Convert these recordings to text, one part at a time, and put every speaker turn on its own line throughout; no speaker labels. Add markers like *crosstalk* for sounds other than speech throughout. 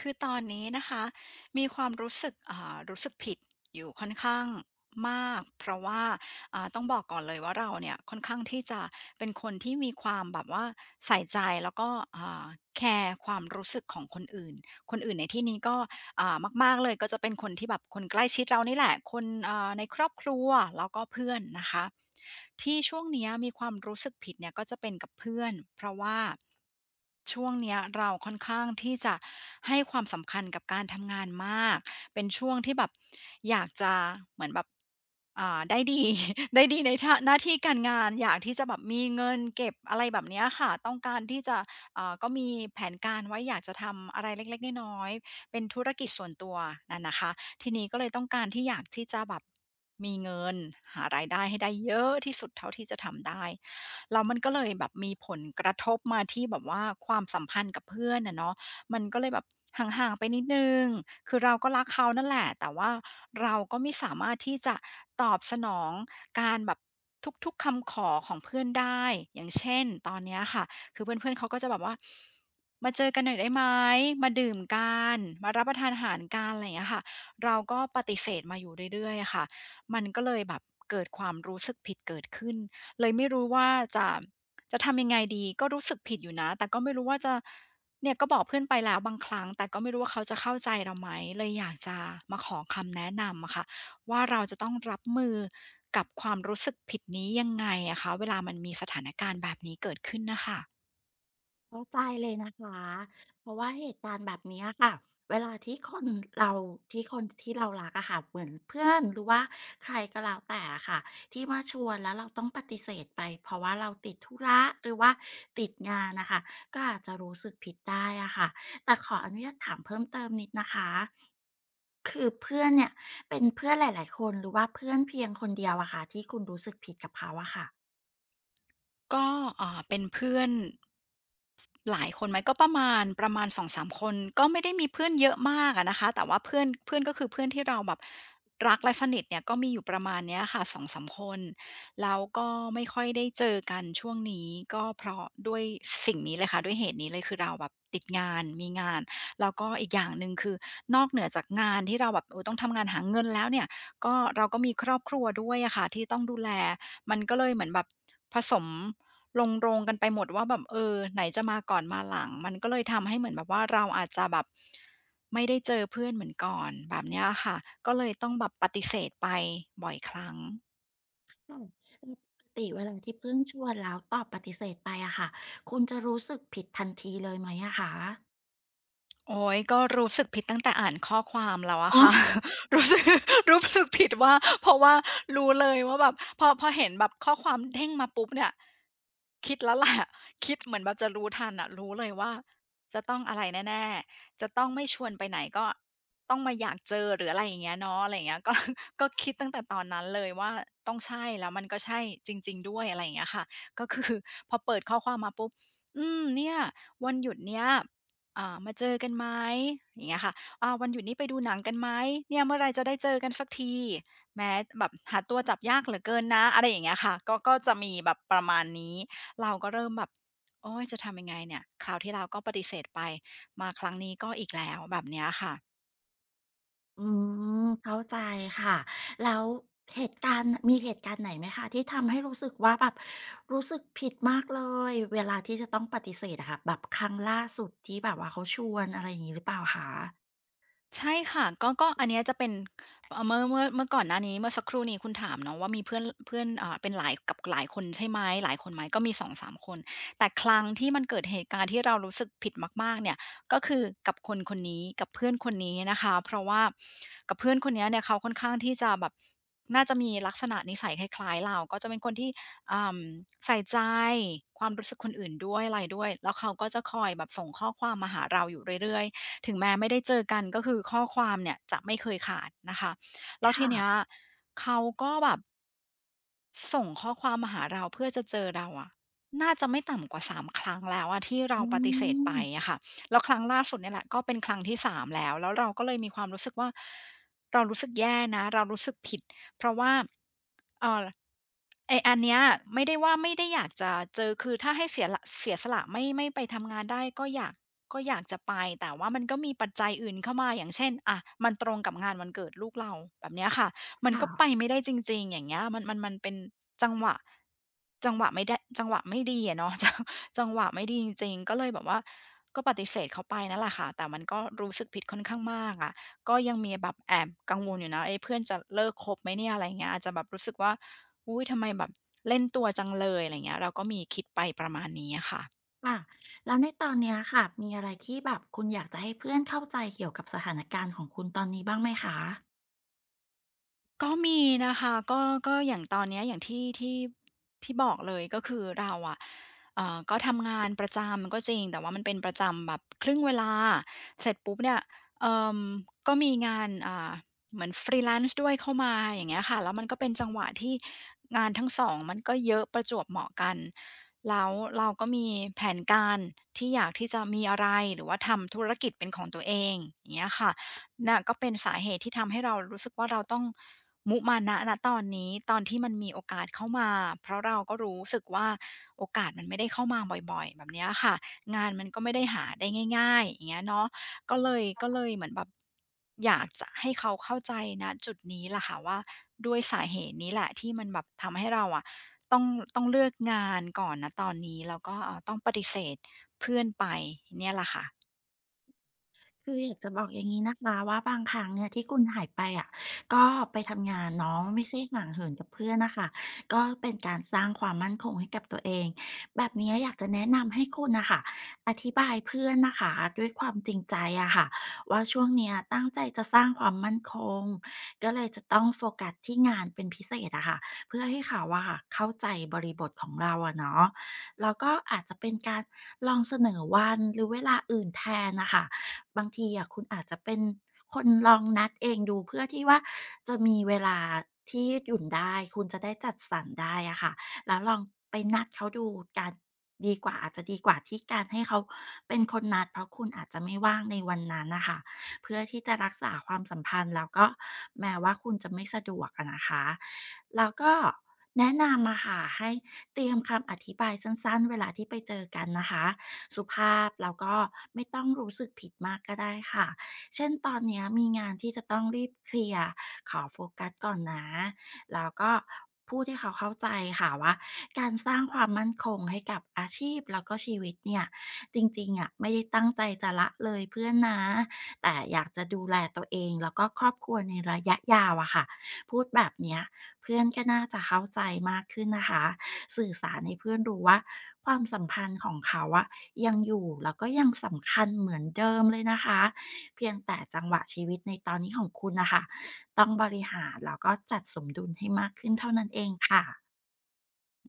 คือตอนนี้นะคะมีความรู้สึกรู้สึกผิดอยู่ค่อนข้างมากเพราะว่าต้องบอกก่อนเลยว่าเราเนี่ยค่อนข้างที่จะเป็นคนที่มีความแบบว่าใส่ใจแล้วก็อ่าแคร์ความรู้สึกของคนอื่นคนอื่นในที่นี้ก็ อ่ามากๆเลยก็จะเป็นคนที่แบบคนใกล้ชิดเรานี่แหละคนในครอบครัวแล้วก็เพื่อนนะคะที่ช่วงเนี้ยมีความรู้สึกผิดเนี่ยก็จะเป็นกับเพื่อนเพราะว่าช่วงเนี้ยเราค่อนข้างที่จะให้ความสำคัญกับการทำงานมากเป็นช่วงที่แบบอยากจะเหมือนแบบได้ดี *laughs* ได้ดีในท่าหน้าที่การงานอยากที่จะแบบมีเงินเก็บอะไรแบบเนี้ยค่ะต้องการที่จะก็มีแผนการไว้อยากจะทำอะไรเล็กๆน้อยๆ เป็นธุรกิจส่วนตัวน่นนะคะทีนี้ก็เลยต้องการที่อยากที่จะแบบมีเงินหารายได้ให้ได้เยอะที่สุดเท่าที่จะทำได้แล้วมันก็เลยแบบมีผลกระทบมาที่แบบว่าความสัมพันธ์กับเพื่อนอะเนาะมันก็เลยแบบห่างๆไปนิดหนึ่งคือเราก็รักเขานั่นแหละแต่ว่าเราก็ไม่สามารถที่จะตอบสนองการแบบทุกๆคำขอของเพื่อนได้อย่างเช่นตอนเนี้ยค่ะ คือเพื่อนๆเขาก็จะแบบว่ามาเจอกันหน่อยได้ไหมมาดื่มกันมารับประทานอาหารกันอะไรอย่างเงี้ยค่ะเราก็ปฏิเสธมาอยู่เรื่อยๆอะค่ะมันก็เลยแบบเกิดความรู้สึกผิดเกิดขึ้นเลยไม่รู้ว่าจะจะทำยังไงดีก็รู้สึกผิดอยู่นะแต่ก็ไม่รู้ว่าจะเนี่ยก็บอกเพื่อนไปแล้วบางครั้งแต่ก็ไม่รู้ว่าเขาจะเข้าใจเราไหมเลยอยากจะมาขอคำแนะนำอะค่ะว่าเราจะต้องรับมือกับความรู้สึกผิดนี้ยังไงอะคะเวลามันมีสถานการณ์แบบนี้เกิดขึ้นนะคะ
เข้าใจเลยนะคะเพราะว่าเหตุการณ์แบบนี้ยค่ะเวลาที่คนเราที่คนที่เรารักอะค่ะเหมือนเพื่อนหรือว่าใครก็แล้วแต่อะค่ะที่มาชวนแล้วเราต้องปฏิเสธไปเพราะว่าเราติดธุระหรือว่าติดงานนะคะก็อาจจะรู้สึกผิดได้อะค่ะแต่ขออนุญาตถามเพิ่มเติมนิดนะคะคือเพื่อนเนี่ยเป็นเพื่อนหลายๆคนหรือว่าเพื่อนเพียงคนเดียวอะคะที่คุณรู้สึกผิดกับเขาอะค่ะ
ก็เป็นเพื่อนสหลายคนไหมก็ประมาณสองสามคนก็ไม่ได้มีเพื่อนเยอะมากอะนะคะแต่ว่าเพื่อนเพื่อนก็คือเพื่อนที่เราแบบรักและสนิทเนี่ยก็มีอยู่ประมาณเนี้ยค่ะสองสามคนแล้วก็ไม่ค่อยได้เจอกันช่วงนี้ก็เพราะด้วยสิ่งนี้เลยค่ะด้วยเหตุนี้เลยคือเราแบบติดงานมีงานแล้วก็อีกอย่างหนึ่งคือนอกเหนือจากงานที่เราแบบเออต้องทำงานหาเงินแล้วเนี่ยก็เราก็มีครอบครัวด้วยอะค่ะที่ต้องดูแลมันก็เลยเหมือนแบบผสม ลงโรงกันไปหมดว่าแบบเออไหนจะมาก่อนมาหลังมันก็เลยทำให้เหมือนแบบว่าเราอาจจะแบบไม่ได้เจอเพื่อนเหมือนก่อนแบบเนี้ยค่ะก็เลยต้องแบบปฏิเสธไปบ่อยครั้ง
ค่ะแล้วปกติเวลาที่เพื่อนชวนแล้วตอบปฏิเสธไปอะค่ะคุณจะรู้สึกผิดทันทีเลยไหมอะคะ
โอ๊ยก็รู้สึกผิดตั้งแต่อ่านข้อความแล้วอะ
อ๋อ
ค่ะ *laughs* รู้สึก *laughs* รู้สึกผิดว่าเพราะว่ารู้เลยว่าแบบพอเห็นแบบข้อความเด้งมาปุ๊บเนี่ยคิดแล้วแหละ *laughs* คิดเหมือนแบบจะรู้ทันอะรู้เลยว่าจะต้องอะไรแน่ๆจะต้องไม่ชวนไปไหนก็ต้องมาอยากเจอหรืออะไรอย่างเงี้ยเนาะอะไรอย่างเงี้ย *laughs* ก็คิดตั้งแต่ตอนนั้นเลยว่าต้องใช่แล้วมันก็ใช่จริงๆด้วยอะไรอย่างเงี้ยค่ะก็คือ *laughs* พอเปิดข้อความมาปุ๊บอืมเนี่ยวันหยุดเนี้ย มาเจอกันไหมอย่างเงี้ยค่ะอาวันหยุดนี้ไปดูหนังกันไหมเนี่ยเมื่อไรจะได้เจอกันสักทีแม้แบบหาตัวจับยากเหลือเกินนะอะไรอย่างเงี้ยค่ะก็จะมีแบบประมาณนี้เราก็เริ่มแบบโอ๊ยจะทำยังไงเนี่ยคราวที่แล้วก็ปฏิเสธไปมาครั้งนี้ก็อีกแล้วแบบเนี้ยค่ะ
อืมเข้าใจค่ะแล้วเหตุการณ์มีเหตุการณ์ไหนไหมคะที่ทำให้รู้สึกว่าแบบรู้สึกผิดมากเลยเวลาที่จะต้องปฏิเสธอะค่ะแบบครั้งล่าสุดที่แบบว่าเขาชวนอะไรอย่างงี้หรือเปล่าคะ
ใช่ค่ะก็อันเนี้ยจะเป็นเมื่อก่อนหน้านี้เมื่อสักครู่นี้คุณถามเนาะว่ามีเพื่อนเพื่อนเป็นหลายกับหลายคนใช่ไหมหลายคนไหมก็มีสองสามคนแต่ครั้งที่มันเกิดเหตุการณ์ที่เรารู้สึกผิดมากๆเนี่ยก็คือกับคนคนนี้กับเพื่อนคนนี้นะคะเพราะว่ากับเพื่อนคนเนี้ยเนี่ยเขาค่อนข้างที่จะแบบน่าจะมีลักษณะนิสัยคล้ายๆเราก็จะเป็นคนที่อ่าใส่ใจความรู้สึกคนอื่นด้วยอะไรด้วยแล้วเขาก็จะคอยแบบส่งข้อความมาหาเราอยู่เรื่อย ถึงแม้ไม่ได้เจอกันก็คือข้อความเนี่ยจะไม่เคยขาดนะคะแล้วที
ค่ะ
เนี้ยเขาก็แบบ ส่งข้อความมาหาเราเพื่อจะเจอเราอะน่าจะไม่ต่ำกว่า3ครั้งแล้วอะที่เรา
อื
ปฏิเสธไป
ม
อะค่ะแล้วครั้งล่าสุดเนี่ยแหละก็เป็นครั้งที่3แล้วแล้วเราก็เลยมีความรู้สึกว่าเรารู้สึกแย่นะเรารู้สึกผิดเพราะว่าเอ่อไอ้อันเนี้ยไม่ได้ว่าไม่ได้อยากจะเจอคือถ้าให้เสียสละไม่ไม่ไปทำงานได้ก็อยากจะไปแต่ว่ามันก็มีปัจจัยอื่นเข้ามาอย่างเช่นอะมันตรงกับงานวันเกิดลูกเราแบบเนี้ยค่ะ มันก็ไป
ค่ะ
ไม่ได้จริงๆ อย่างเงี้ยมันเป็นจังหวะจังหวะไม่ได้จังหวะไม่ดีอะเนาะ *laughs* จังหวะไม่ดีจริงๆก็เลยแบบว่าก็ปฏิเสธเขาไปนั่นแหละค่ะแต่มันก็รู้สึกผิดค่อนข้างมากอะก็ยังมีแบบแอบกังวลอยู่นะเอ๊ะเพื่อนจะเลิกคบไหมเนี่ยอะไรเงี้ยอาจจะแบบรู้สึกว่าอุ๊ยทำไมแบบเล่นตัวจังเลยอะไรเงี้ยเราก็มีคิดไปประมาณนี้อะค่ะ
ค่ะแล้วในตอนเนี้ยค่ะมีอะไรที่แบบคุณอยากจะให้เพื่อนเข้าใจเกี่ยวกับสถานการณ์ของคุณตอนนี้บ้างไหมคะ
ก็มีนะคะก็อย่างตอนเนี้ยอย่างที่บอกเลยก็คือเราอะก็ทำงานประจำก็จริงแต่ว่ามันเป็นประจำแบบครึ่งเวลาเสร็จปุ๊บเนี่ยเอ่อก็มีงานเหมือน Freelance ด้วยเข้ามาอย่างเงี้ยค่ะแล้วมันก็เป็นจังหวะที่งานทั้งสองมันก็เยอะประจวบเหมาะกันแล้วเราก็มีแผนการที่อยากที่จะมีอะไรหรือว่าทำธุรกิจเป็นของตัวเองอย่างเงี้ยค่ะ น่ะก็เป็นสาเหตุที่ทำให้เรารู้สึกว่าเราต้องมุมานะณตอนนี้ตอนที่มันมีโอกาสเข้ามาเพราะเราก็รู้สึกว่าโอกาสมันไม่ได้เข้ามาบ่อยๆแบบเนี้ยค่ะงานมันก็ไม่ได้หาได้ง่ายๆอย่างเงี้ยเนาะก็เลยเหมือนแบบอยากจะให้เขาเข้าใจณจุดนี้ล่ะค่ะว่าด้วยสาเหตุนี้แหละที่มันแบบทำให้เราอะต้องต้องเลือกงานก่อนณตอนนี้แล้วก็ต้องปฏิเสธเพื่อนไปเนี่ยล่ะค่ะ
คืออยากจะบอกอย่างนี้นะคะว่าบางครั้งเนี่ยที่คุณหายไปอะก็ไปทำงานเนาะไม่ใช่ห่างเหินกับเพื่อนนะคะก็เป็นการสร้างความมั่นคงให้กับตัวเองแบบนี้อยากจะแนะนำให้คุณนะคะอธิบายเพื่อนนะคะด้วยความจริงใจอะค่ะว่าช่วงเนี้ยตั้งใจจะสร้างความมั่นคงก็เลยจะต้องโฟกัสที่งานเป็นพิเศษอะค่ะเพื่อให้เขาอะค่ะเข้าใจบริบทของเราอะเนาะแล้วก็อาจจะเป็นการลองเสนอวันหรือเวลาอื่นแทนนะคะ บางทีอะคุณอาจจะเป็นคนลองนัดเองดูเพื่อที่ว่าจะมีเวลาที่ยืดหยุ่นได้คุณจะได้จัดสรรได้อะค่ะแล้วลองไปนัดเขาดูกันดีกว่าอาจจะดีกว่าที่การให้เขาเป็นคนนัดเพราะคุณอาจจะไม่ว่างในวันนั้นน่ะค่ะเพื่อที่จะรักษาความสัมพันธ์แล้วก็แม้ว่าคุณจะไม่สะดวกอะนะคะแล้วก็แนะนำอะค่ะให้เตรียมคำอธิบายสั้นๆเวลาที่ไปเจอกันนะคะ สุภาพแล้วก็ไม่ต้องรู้สึกผิดมากก็ได้ค่ะ เช่นตอนเนี้ยมีงานที่จะต้องรีบเคลียร์ขอโฟกัสก่อนนะแล้วก็พูดให้เขาเข้าใจค่ะว่าการสร้างความมั่นคงให้กับอาชีพแล้วก็ชีวิตเนี่ยจริงๆอะไม่ได้ตั้งใจจะละเลยเพื่อนนะแต่อยากจะดูแลตัวเองแล้วก็ครอบครัวในระยะยาวอะค่ะพูดแบบเนี้ยเพื่อนก็น่าจะเข้าใจมากขึ้นนะคะ สื่อสารให้เพื่อนรู้ว่าความสัมพันธ์ของเขาอะยังอยู่แล้วก็ยังสำคัญเหมือนเดิมเลยนะคะเพียงแต่จังหวะชีวิตในตอนนี้ของคุณนะคะต้องบริหารแล้วก็จัดสมดุลให้มากขึ้นเท่านั้นเองค่ะ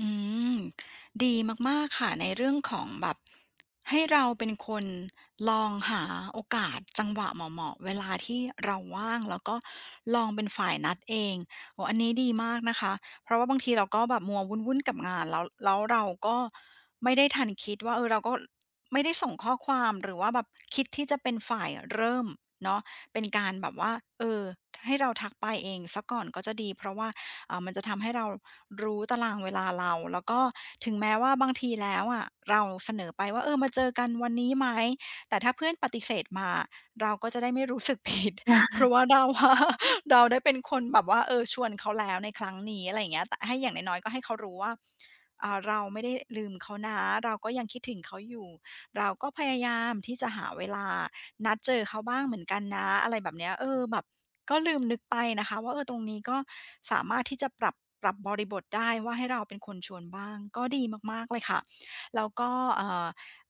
อืมดีมากๆค่ะในเรื่องของแบบให้เราเป็นคนลองหาโอกาสจังหวะเหมาะๆเวลาที่เราว่างแล้วก็ลองเป็นฝ่ายนัดเองโอ้อันนี้ดีมากนะคะเพราะว่าบางทีเราก็แบบมัววุ่นๆกับงานแล้วแล้วเราก็ไม่ได้ทันคิดว่าเออเราก็ไม่ได้ส่งข้อความหรือว่าแบบคิดที่จะเป็นฝ่ายเริ่มเนาะเป็นการแบบว่าเออให้เราทักไปเองเสียก่อนก็จะดีเพราะว่ามันจะทำให้เรา รู้ตารางเวลาเราแล้วก็ถึงแม้ว่าบางทีแล้วอะเราเสนอไปว่าเออมาเจอกันวันนี้ไหมแต่ถ้าเพื่อนปฏิเสธมาเราก็จะได้ไม่รู้สึกผิด *laughs* เพราะว่าเราอะ *laughs* เราได้เป็นคนแบบว่าเออชวนเขาแล้วในครั้งนี้อะไรอย่างเงี้ยแต่ให้อย่างน้อยๆก็ให้เขารู้ว่าเราไม่ได้ลืมเขานะเราก็ยังคิดถึงเขาอยู่เราก็พยายามที่จะหาเวลา นัดเจอเขาบ้างเหมือนกันนะอะไรแบบเนี้ยเออแบบก็ลืมนึกไปนะคะว่าเออตรงนี้ก็สามารถที่จะปรับบริบทได้ว่าให้เราเป็นคนชวนบ้างก็ดีมากๆเลยค่ะแล้วก็เอ่อ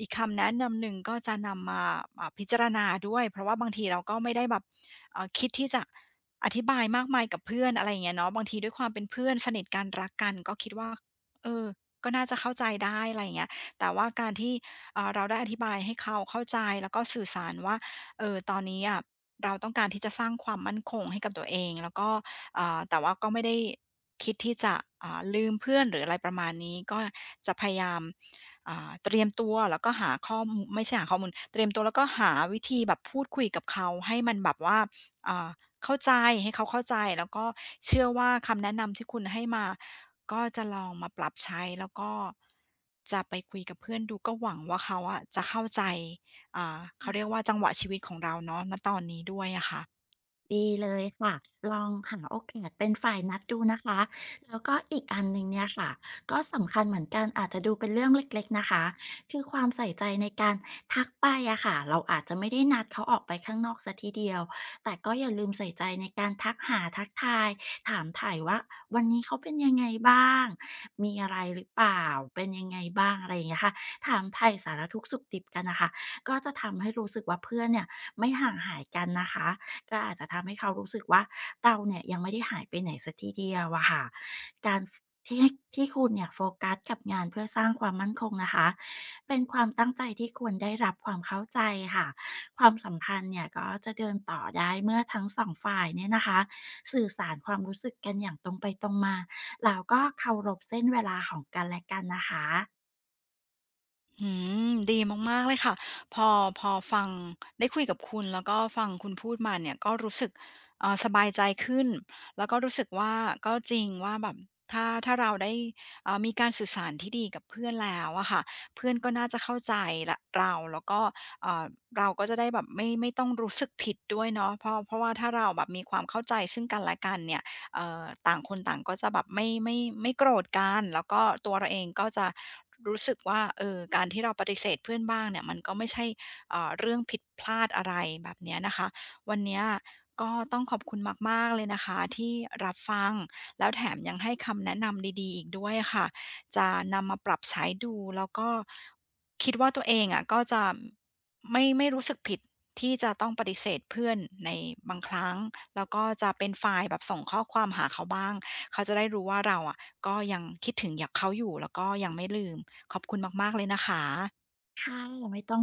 อีกคำแนะนำหนึ่งก็จะนำมาพิจารณาด้วยเพราะว่าบางทีเราก็ไม่ได้แบบคิดที่จะอธิบายมากมายกับเพื่อนอะไรอย่างเงี้ยเนาะบางทีด้วยความเป็นเพื่อนสนิทกันรักกันก็คิดว่าเออก็น่าจะเข้าใจได้อะไรอย่างเงี้ยแต่ว่าการที่ เราได้อธิบายให้เขาเข้าใจแล้วก็สื่อสารว่าเออตอนนี้อะเราต้องการที่จะสร้างความมั่นคงให้กับตัวเองแล้วก็แต่ว่าก็ไม่ได้คิดที่จะลืมเพื่อนหรืออะไรประมาณนี้ก็จะพยายามเตรียมตัวแล้วก็หาข้อมไม่ใช่หาข้อมูลเตรียมตัวแล้วก็หาวิธีแบบพูดคุยกับเขาให้มันแบบว่าอ่าเข้าใจให้เขาเข้าใจแล้วก็เชื่อว่าคำแนะนำที่คุณให้มา ก็จะลองมาปรับใช้แล้วก็จะไปคุยกับเพื่อนดูก็หวังว่าเขาอะจะเข้าใจเขาเรียกว่าจังหวะชีวิตของเราเนาะณตอนนี้ด้วยอะค่ะ
ดีเลยค่ะลองหาโอกาสเป็นฝ่ายนัดดูนะคะแล้วก็อีกอันหนึ่งเนี่ยค่ะก็สำคัญเหมือนกันอาจจะดูเป็นเรื่องเล็กๆนะคะคือความใส่ใจในการทักไปอะค่ะเราอาจจะไม่ได้นัดเขาออกไปข้างนอกสียทีเดียวแต่ก็อย่าลืมใส่ใจในการทักหาทักทายถามถ่ายว่าวันนี้เขาเป็นยังไงบ้างมีอะไรหรือเปล่าเป็นยังไงบ้างอะไรอย่างเงี้ยค่ะถามถ่ายสารทุกข์สุขดิบกันนะคะก็จะทำให้รู้สึกว่าเพื่อนเนี่ยไม่ห่างหายกันนะคะ ก็อาจจะทำให้เขารู้สึกว่าเราเนี่ยยังไม่ได้หายไปไหนสีกทีเดียวอะค่ะการที่ที่คุณเนี่ยโฟกัสกับงานเพื่อสร้างความมั่นคงนะคะเป็นความตั้งใจที่ควรได้รับความเข้าใจค่ะความสัมพันธ์เนี่ยก็จะเดินต่อได้เมื่อทั้งสองฝ่ายเนี่ยนะคะสื่อสารความรู้สึกกันอย่างตรงไปตรงมาแล้วก็เคารพเส้นเวลาของกันและกันนะคะ
อืมดีมากๆเลยค่ะพอพอฟังได้คุยกับคุณแล้วก็ฟังคุณพูดมาเนี่ยก็รู้สึกสบายใจขึ้นแล้วก็รู้สึกว่าก็จริงว่าแบบถ้าเราได้มีการสื่อสารที่ดีกับเพื่อนแล้วอะค่ะเพื่อนก็น่าจะเข้าใจละเราแล้วก็เอ่อเราก็จะได้แบบไม่ไม่ต้องรู้สึกผิดด้วยเนาะเพราะว่าถ้าเราแบบมีความเข้าใจซึ่งกันและกันเนี่ย ต่างคนต่างก็จะแบบไม่ไม่ไม่โกรธกันแล้วก็ตัวเราเองก็จะรู้สึกว่าเออการที่เราปฏิเสธเพื่อนบ้างเนี่ยมันก็ไม่ใช่เรื่องผิดพลาดอะไรแบบเนี้ยนะคะวันเนี้ยก็ต้องขอบคุณมากๆเลยนะคะที่รับฟังแล้วแถมยังให้คำแนะนำดีๆอีกด้วยะค่ะจะนำมาปรับใช้ดูแล้วก็คิดว่าตัวเองอะก็จะไม่ไม่รู้สึกผิดที่จะต้องปฏิเสธเพื่อนในบางครั้ง แล้วก็จะเป็นฝ่ายแบบส่งข้อความหาเขาบ้าง เขาจะได้รู้ว่าเราอะก็ยังคิดถึงอยากเขาอยู่แล้วก็ยังไม่ลืม ขอบคุณมากๆเลยนะคะ
ค่ะไม่ต้อง